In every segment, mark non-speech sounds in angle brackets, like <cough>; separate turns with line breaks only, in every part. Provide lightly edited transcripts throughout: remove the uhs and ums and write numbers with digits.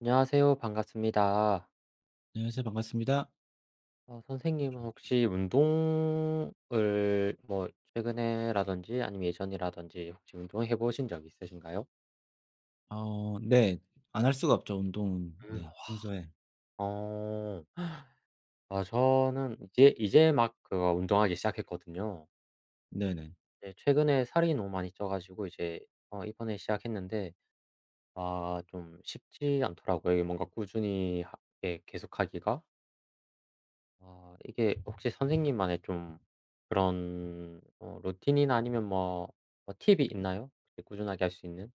안녕하세요. 반갑습니다.
안녕하세요. 반갑습니다.
선생님은 혹시 운동을 뭐 최근에라든지 아니면 예전이라든지 혹시 운동해 보신 적 있으신가요?
네. 안 할 수가 없죠, 운동은.
음.
네. 평소에.
어. 아, 저는 이제 막 그거 운동하기 시작했거든요.
네네.
네, 최근에 살이 너무 많이 쪄 가지고 이제 이번에 시작했는데 아, 좀 쉽지 않더라고요. 이게 뭔가 꾸준히 하 예 계속하기가. 아, 이게 혹시 선생님만의 좀 그런 루틴이나 아니면 뭐 팁이 있나요? 렇게 꾸준하게 할 수 있는?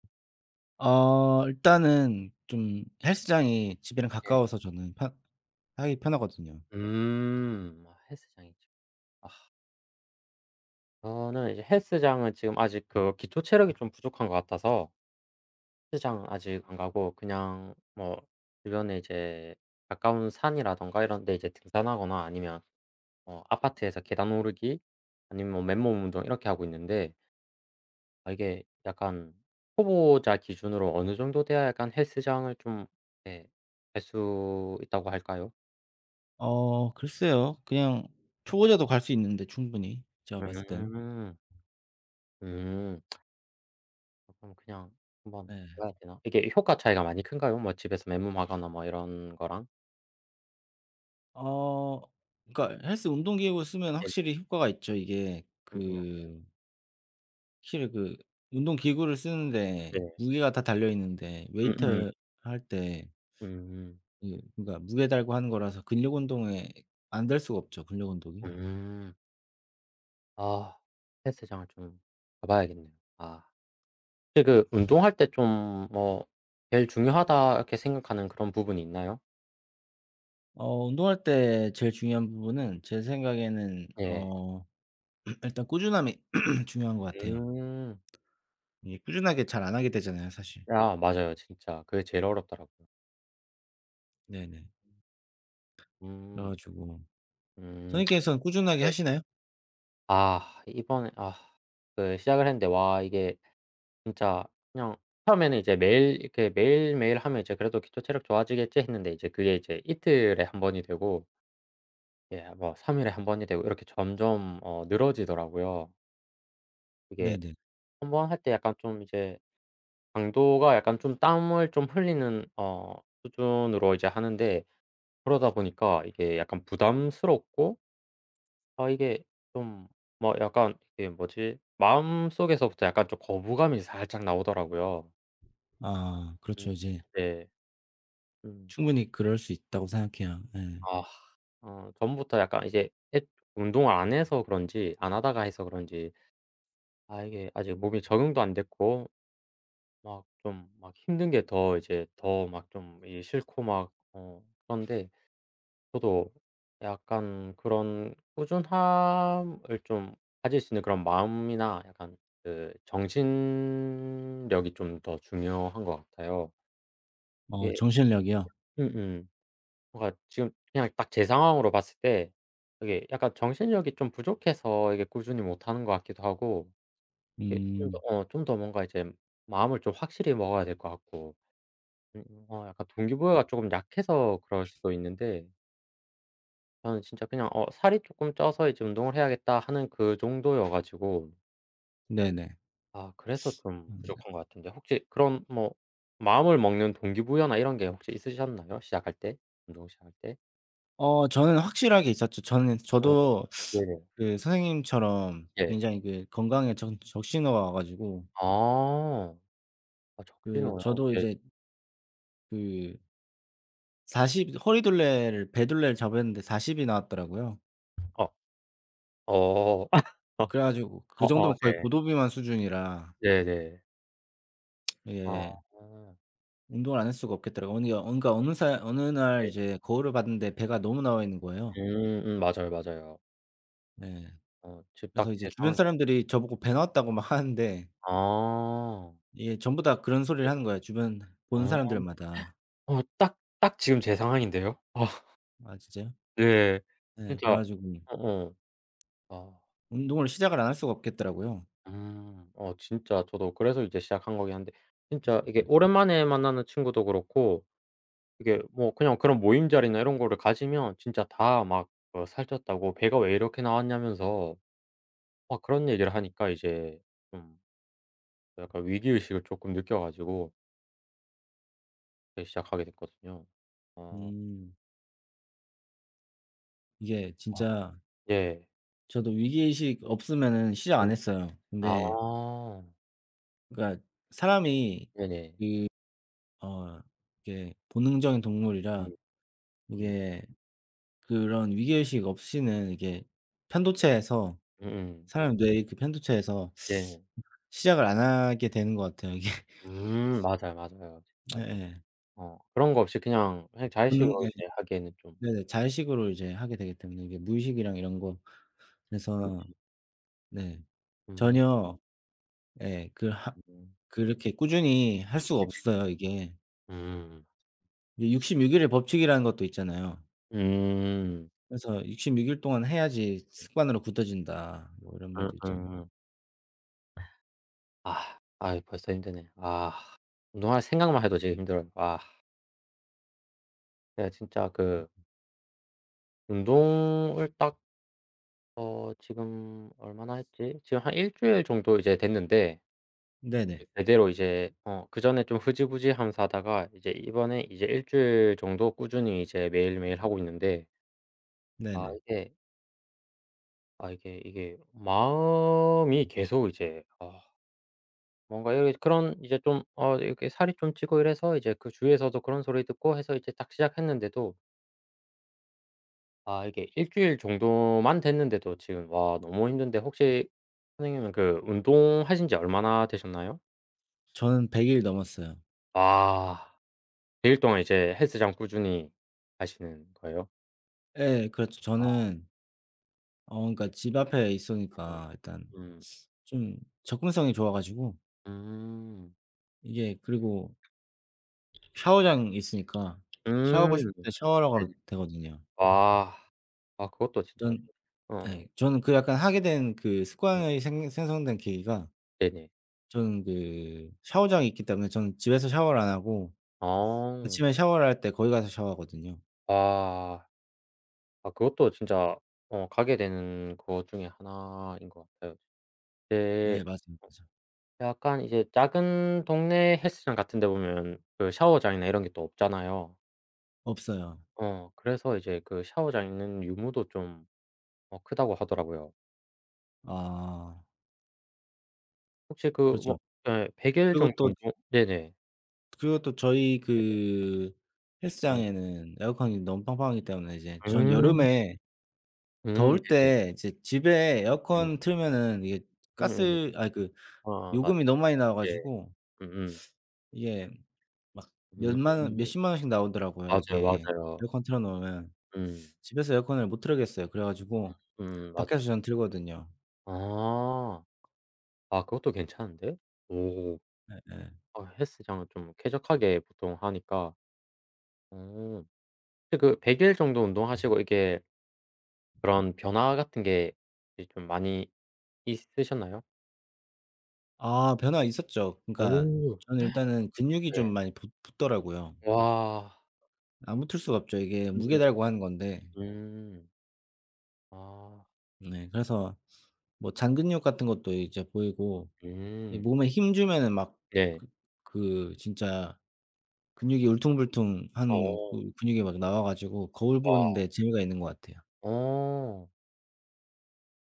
일단은 좀 헬스장이 집이랑
네.
가까워서 저는 편 하기 편하거든요.
음. 아, 헬스장이죠. 아, 저는 이제 헬스장은 지금 아직 그 기초 체력이 좀 부족한 것 같아서 헬스장은 아직 안 가고 그냥 뭐 주변에 이제 가까운 산이라든가 이런 데 이제 등산하거나 아니면 아파트에서 계단 오르기 아니면 뭐 맨몸 운동 이렇게 하고 있는데 아, 이게 약간 초보자 기준으로 어느 정도 돼야 약간 헬스장을 좀 예 갈 수 있다고 할까요?
글쎄요. 그냥 초보자도 갈 수 있는데 충분히 제가 봤을 땐.
음. 음. 아, 그럼 그냥 한번
네.
가봐야 되나? 이게 효과 차이가 많이 큰가요? 뭐 집에서 맨몸 하거나 뭐 이런 거랑?
어 그러니까 헬스 운동 기구 쓰면
네네.
확실히 효과가 있죠. 이게
음음.
그실히 그 운동 기구를
네.
쓰는데 무게가 다 달려 있는데
음음.
웨이트 할때.
음.
예. 그러니까 무게 달고 하는 거라서 근력 운동에 안 될 수가 없죠, 근력 운동이.
음. 음. 아, 헬스장을 좀 가봐야겠네요. 아. 혹시 그 운동할 때 좀 뭐 '제일 중요하다.' 이렇게 생각하는 그런 부분이 있나요?
운동할 때 제일 중요한 부분은 제 생각에는
예.
<clears throat> 일단 꾸준함이 중요한 것 같아요.
음.
이게 꾸준하게 잘 안 하게 되잖아요, 사실.
아, 맞아요. 진짜 그게 제일 어렵더라고요.
네네. 그래
음.
가지고
음.
선생님께서는 꾸준하게
네.
하시나요?
아, 이번에 아 그 시작을 했는데 와 이게 진짜 그냥 처음에는 이제 매일 이렇게 매일매일 하면 이제 '그래도 기초 체력 좋아지겠지.' 했는데 이제 그게 이제 이틀에 한 번이 되고 예 뭐 3 일에 한 번이 되고 이렇게 점점 늘어지더라고요. 이게
네네.
한 번 할 때 약간 좀 이제 강도가 약간 좀 땀을 좀 흘리는 수준으로 이제 하는데 그러다 보니까 이게 약간 부담스럽고 아, 이게 좀 뭐 약간 이게 뭐지 마음속에서부터 약간 좀 거부감이 살짝 나오더라고요.
아
음.
그렇죠. 이제
네. 음.
충분히 그럴 수 있다고 생각해요. 예.
아, 전부터 약간 이제 애 운동을 안 해서 그런지 안 하다가 해서 그런지 아, 이게 아직 몸이 적응도 안 됐고 막 좀 막 힘든 게 더 이제 더 막 좀 이 싫고 막 어 그런데 저도 약간 그런 꾸준함을 좀 가질 수 있는 그런 마음이나 약간 그 정신력이 좀 더 중요한 것 같아요. 이게
정신력이요?
음음. 뭔가 지금 그냥 딱 제 상황으로 봤을 때 이게 약간 정신력이 좀 부족해서 이게 꾸준히 못하는 것 같기도 하고 이게 좀 더
음
좀 더 뭔가 이제 마음을 좀 확실히 먹어야 될 것 같고 어 약간 동기부여가 조금 약해서 그럴 수도 있는데 저는 진짜 그냥 '살이 쪼끔 쪄서 이제 운동을 해야겠다.' 하는 그 정도여 가지고
네네.
아, 그래서 좀
아 네.
부족한 것 같은데 혹시 그런 뭐 마음을 먹는 동기부여나 이런 게 혹시 있으셨나요? 시작할 때? 운동 시작할 때?
저는 확실하게 있었죠. 저는
음
저도
네네.
그 선생님처럼
예.
굉장히 그 건강에 적 적신호가 와 가지고
아. 아
그
적지나요.
저도
예.
이제 그 40 허리둘레를 배둘레를 잡았는데 40이 나왔더라고요.
아. 어. <laughs> 어.
그래 가지고 그
어어
정도면 거의
네.
고도비만 수준이라.
네네. 아.
예 운동을 안 할 수가 없겠더라고요. 어느 여 그러니까 어느
네.
날 이제 거울을 봤는데 배가 너무 나와 있는 거예요.
음음 맞아요, 맞아요.
네.
어 지금 딱
그래서 이제
제
주변
상황이
사람들이 저보고 "배 나왔다."고 막 하는데
아.
이게 전부 다 그런 소리를
네.
하는 거예요, 주변 보는
아.
사람들마다.
어 딱 딱 지금 제 상황인데요.
아 진짜요?
예.
네, 그래
진짜
가지고
어어. 아.
운동을 시작을 안 할 수가
네.
없겠더라고요.
음. 어 진짜 저도 그래서 이제 시작한 거긴 한데 진짜 이게 오랜만에 만나는 친구도 그렇고 이게 뭐 그냥 그런 모임 자리나 이런 거를 가지면 진짜 다 막 어 살쪘다고 "배가 왜 이렇게 나왔냐."면서 막 그런 얘기를 하니까 이제 좀 약간 위기의식을 쪼끔 느껴 가지고 예 시작하게 됐거든요. 어.
음. 이게
아.
진짜
예.
저도 위기 의식 없으면은 시작
음.
안 했어요. 근데
아.
그러니까 사람이
네네.
어 이게 본능적인
음.
동물이라
음.
이게 그런 위기 의식 없이는 이게 편도체에서. 네.
음음.
사람 뇌의 그 편도체에서
예.
시작을 안 하게 되는 것 같아요 이게. <laughs>
맞아요, 맞아요. 진짜.
예예.
어 그런 거 없이 그냥 그냥
본능.
자의식으로
예
이제 하기에는 좀
네네. 자의식으로 이제 하게 되기 때문에 이게 무의식이랑 이런 거 그래서.
그렇죠.
네.
음.
전혀. 예. 그 하
음.
그렇게 꾸준히 할 수가 없어요 이게.
음.
이 66 일의 법칙이라는 것도 있잖아요.
음.
그래서 "66 일 동안 해야지 습관으로 굳어진다." 뭐 이런 말도 있잖아요.
음음. 아. 아 벌써 힘드네. 아. 운동할 생각만 해도 지금 힘들어요. 아. 내가 진짜 그 운동을 딱 지금 얼마나 했지? 지금 한 일 주일 정도 이제 됐는데 그
네네.
제대로 이제 그전에 좀 흐지부지하면서 하다가 이제 이번에 이제 일 주일 정도 꾸준히 이제 매일매일 하고 있는데 아,
네네.
이게 아 이게 마음이 계속 이제 아 뭔가 여 그런 이제 좀 어 이렇게 살이 좀 찌고 이래서 이제 그 주위에서도 그런 소리 듣고 해서 이제 딱 시작했는데도 아, 이게 일 주일 정도만 됐는데도 지금 와 너무 힘든데 혹시 선생님은 그 운동하신 지 얼마나 되셨나요?
저는 100일 넘었어요.
아. 일 동안 이제 헬스장 꾸준히 가시는 거예요?
예 그렇죠.
아
저는 그러니까 집 앞에
네.
있으니까 일단
음.
좀 접근성이 좋아 가지고
음.
이게. 그리고 샤워장이 있으니까
음.
샤워하고 싶을 때 샤워하러 가면
네네.
되거든요.
와. 아 그것도 진짜
전.
어어.
예 저는 그 약간 하게 된 그
음.
습관이 생 생성된 계기가
네네.
저는 그 샤워장이 있기 때문에 저는 집에서 샤워를 안 하고
아.
아침에 샤워를 할 때 거기 가서 샤워하거든요.
와. 아 그것도 진짜 가게 되는 것 중에 하나인 것 같아요. 이제
예 맞아요, 맞아요.
약간 이제 작은 동네 헬스장 같은 데 보면 그 샤워장이나 이런 게 또 없잖아요.
없어요.
어 그래서 이제 그 샤워장 있는 유무도 좀 어 크다고 하더라고요.
아
혹시 그
그렇죠.
뭐 예 100일
그리고
정도
또
운동 네네.
그리고 또 저희 그
음.
헬스장에는 에어컨이 너무 빵빵하기 때문에 이제 전
음.
여름에 더울
네네.
때 이제 집에
네.
에어컨 틀면은 이게
음음.
가스 아니 그
아 맞
요금이 너무 많이 나와
예.
가지고
음음.
이게 막
음.
몇만 원
음,
몇십만 원씩 나오더라고요,
맞아요,
이게
맞아요.
에어컨 틀어 놓으면.
음.
집에서 에어컨을 못 틀겠어요. 그래 가지고
맞죠.
밖에서 저는 들거든요.
아. 아 그것도 괜찮은데 오.
예예.
아 헬스장은 좀 쾌적하게 보통 하니까. 어. 근데 그 100일 정도 운동하시고 이게 그런 변화 같은 게 좀 많이 있으셨나요?
아 변화 있었죠. 그러니까
오.
저는 일단은 근육이
네.
좀 많이 붙 붙더라고요.
와.
안 붙을 수가 없죠. 이게 무게
음음.
달고 하는 건데.
음. 음. 아.
네 그래서 뭐 잔근육 같은 것도 이제 보이고 이
음.
몸에 힘 주면은 막
네.
그 그 진짜 근육이 울퉁불퉁한
어.
그 근육이 막 나와 가지고 거울
와.
보는데 재미가 있는 것 같아요.
어.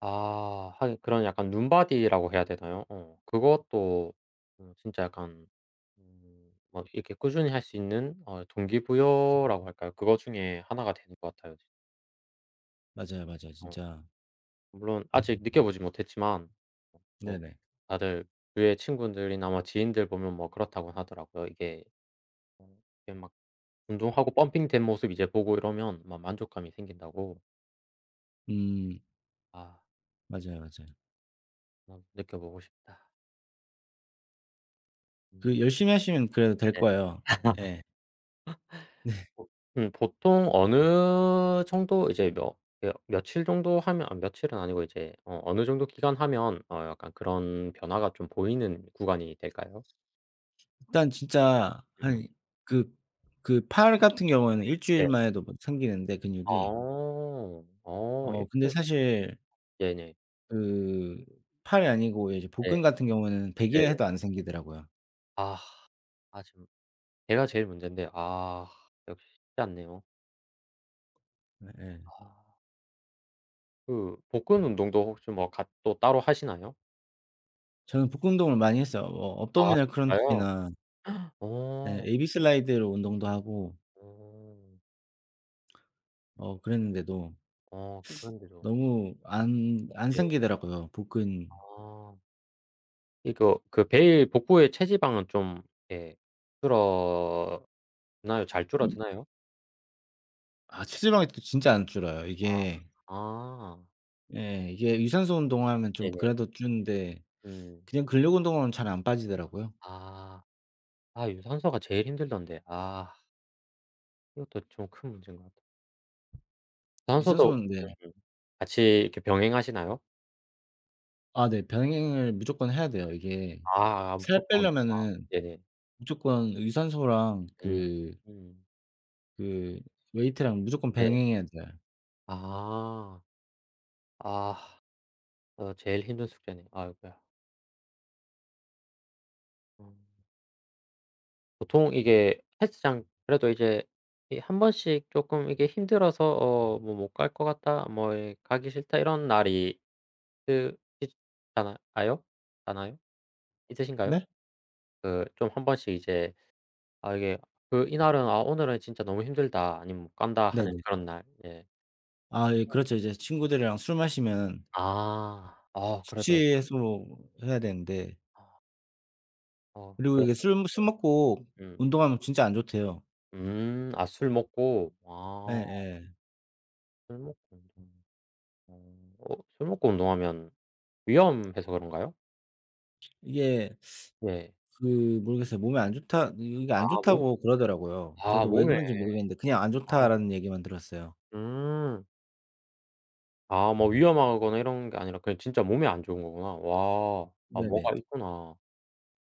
아. 하긴 그런 약간 룸바디라고 해야 되나요? 어. 그것도 어 진짜 약간 음 뭐 이렇게 꾸준히 할 수 있는 동기부여라고 할까요? 그거 중에 하나가 되는 것 같아요. 진짜.
맞아요, 맞아요.
어
진짜.
물론 아직 느껴보지 못했지만 어
네네.
다들 주위의 친구들이나 뭐 지인들 보면 뭐 그렇다고 하더라고요. 이게 어 이게 막 운동하고 펌핑된 모습 이제 보고 이러면 막 만족감이 생긴다고.
음
아
맞아요, 맞아요.
한번 느껴보고 싶다.
그
음.
열심히 하시면 그래도 될 거예요. 예.
보 보통 어느 정도 이제 며 며칠 정도 하면 아 며칠은 아니고 이제 어느 정도 기간 하면 어 약간 그런 변화가 좀 보이는 구간이 될까요?
일단 진짜
음.
한 그 그 팔 같은 경우에는 일
네.
주일만 해도 막 생기는데 근육이.
어. 어
근데
일주일
사실
네네.
그 팔이 아니고 이제
네.
복근 같은 경우에는 100
네.
일 해도 안 생기더라고요.
아. 아 지금 제가 제일 문제인데 아 역시 쉽지 않네요.
예예.
아, 그 복근 운동도 혹시 뭐 같 또 따로 하시나요?
저는 복근 운동을 많이 했어요.
아
업도미널
진짜요?
크런치나 예
어.
AB 슬라이드 로 운동도 하고
어.
그랬는데도
어 그런데도
너무 안
예.
생기더라고요 복근.
아. 이거 그 배일 복부의 체지방은 좀 예 줄었나요? 잘 줄어드나요?
아 체지방이 또 진짜 안 줄어요. 이게.
아 아.
예 이게 유산소 운동하면 좀
네네.
그래도 주는데
음.
그냥 근력 운동은 잘 안 빠지더라고요.
아. 아 유산소가 제일 힘들던데. 아 이것도 좀 큰 문제인 것 같아요. 유산소도
유산소는 네.
음 음. 같이 이렇게 병행하시나요?
아 네. 병행을 무조건 해야 돼요. 이게
아 아
살
무조건.
빼려면은
네네.
무조건 유산소랑
음.
그
음.
그 웨이트랑 무조건
네.
병행해야 돼요.
아. 아. 어 제일 힘든 숙제네요. 아이고야. 음. 보통 이게 헬스장 그래도 이제 이 한 번씩 조금 이게 힘들어서 뭐 '못 갈 것 같다.' 뭐 예 '가기 싫다.' 이런 날이 그 있 잖아 요 않아요? 있으신가요?
네?
그 좀 한 번씩 이제 아 이게 그 이날은 '아 오늘은 진짜 너무 힘들다.' 아니면 '못 간다.' 하는
네네.
그런 날. 예.
아 예 그렇죠. 이제 친구들이랑 술 마시면
아. 아 그래도
숙취 해소 해야 되는데
아 어
그리고
그래도
이게 술 먹고
<unintelligible> 음.
운동하면 진짜 안 좋대요.
음. 아 술 먹고. 아
예예.
술 먹고 운동. 어. 어 술 먹고 운동하면 위험해서 그런가요?
이게
네.
그 모르겠어요. 몸에 안 좋다 이게
아
안
몸
좋다고 그러더라고요.
아
저도 왜
몸에.
그런지 모르겠는데 그냥 "안 좋다."라는 얘기만 들었어요.
음. 아 뭐 위험하거나 이런 게 아니라 그냥 진짜 몸에 안 좋은 거구나. 와. 아
네네.
뭐가 있구나.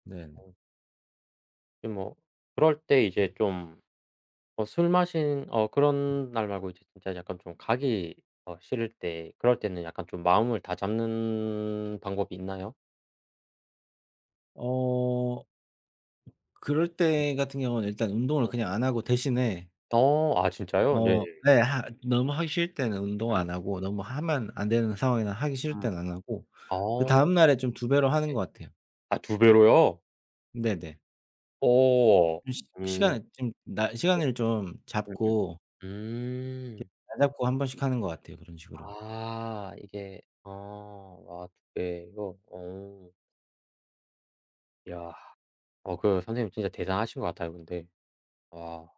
네.
어 근데 뭐 그럴 때 이제 좀 뭐 술 마신 어 그런 날 말고 이제 진짜 약간 좀 가기 어 싫을 때 그럴 때는 약간 좀 마음을 다잡는 방법이 있나요?
어 그럴
음
때 같은 경우는 일단 운동을
음.
그냥 안 하고 대신에.
어 아
음.
진짜요? 네네.
네 하 너무 하기 싫을 때는 운동
음
안 하고 너무 하면 안 되는 상황이나 하기 싫을
음.
때는 안 하고
아
그다음 날에 좀 두 배로 하는
네.
것 같아요.
아 두 배로요?
네네.
어.
좀 시
음
시간을 좀 나
네.
시간을 좀
음음.
잡고
음. 음.
날 잡고 한 번씩 하는 것 같아요 그런 식으로.
아 이게 어, 아와두 배요 어. 야. 어 그 선생님 진짜 대단하신 것 같아요 근데. 와.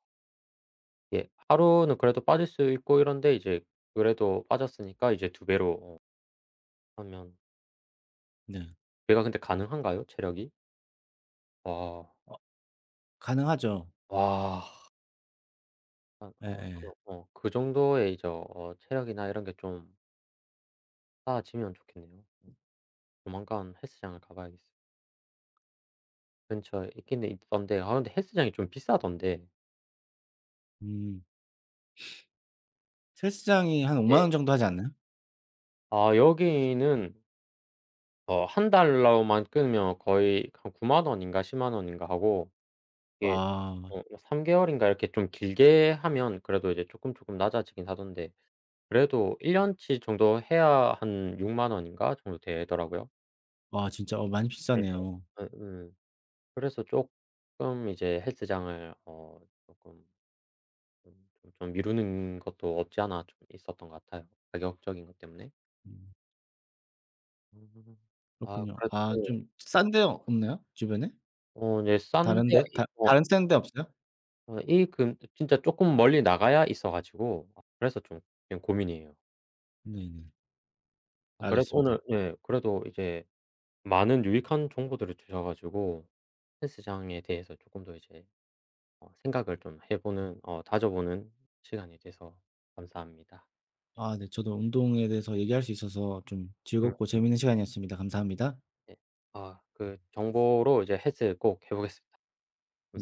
예 하루는 그래도 빠질 수 있고 이런데 이제 그래도 빠졌으니까 이제 2 배로 하면
네.
2 배가 근데 가능한가요? 체력이? 와.
가능하죠.
와. 아 어
예예.
저도 그 정도의 이제 체력이나 이런 게 좀 쌓아지면 좋겠네요. 조만간 헬스장을 가 봐야겠어요. 근처에 있긴 있던데 아 근데 헬스장이 좀 비싸던데.
음. 헬스장이 한5만
네.
원 정도 하지 않나요?
아 여기는 한 달러만 끊으면 거의 한9만 원인가 1 0만 원인가 하고 이게
와.
어 3 개월인가 이렇게 좀 길게 하면 그래도 이제 쪼끔쪼끔 낮아지긴 하던데 그래도 1 년치 정도 해야 한6만 원인가 정도 되더라고요.
와 진짜 많이
네네.
비싸네요.
예 그래서 쪼끔 이제 헬스장을 어 쪼끔 좀 좀 미루는 것도 없지 않아 좀 있었던 것 같아요, 가격적인 것 때문에. 음. 아
그렇군요.
그래도
아 좀
예
싼데 없나요? 주변에?
어 네 싼 데가 있어
다른 센 데 없어요?
어 이 금 진짜 쪼끔 멀리 나가야 있어 가지고 아, 그래서 좀 지금 고민이에요.
네네.
아 그래도 오늘
알겠습니다.
예 그래도 이제 많은 유익한 정보들을 주셔 가지고 헬스장에 대해서 쪼끔 더 이제 생각을 좀 해 보는 어 다져보는 시간이 돼서 감사합니다.
아 네 저도 운동에 대해서 얘기할 수 있어서 좀 즐겁고
음
재미있는 시간이었습니다. 감사합니다.
네. 아, 그 정보로 이제 헬스 꼭 해 보겠습니다. 감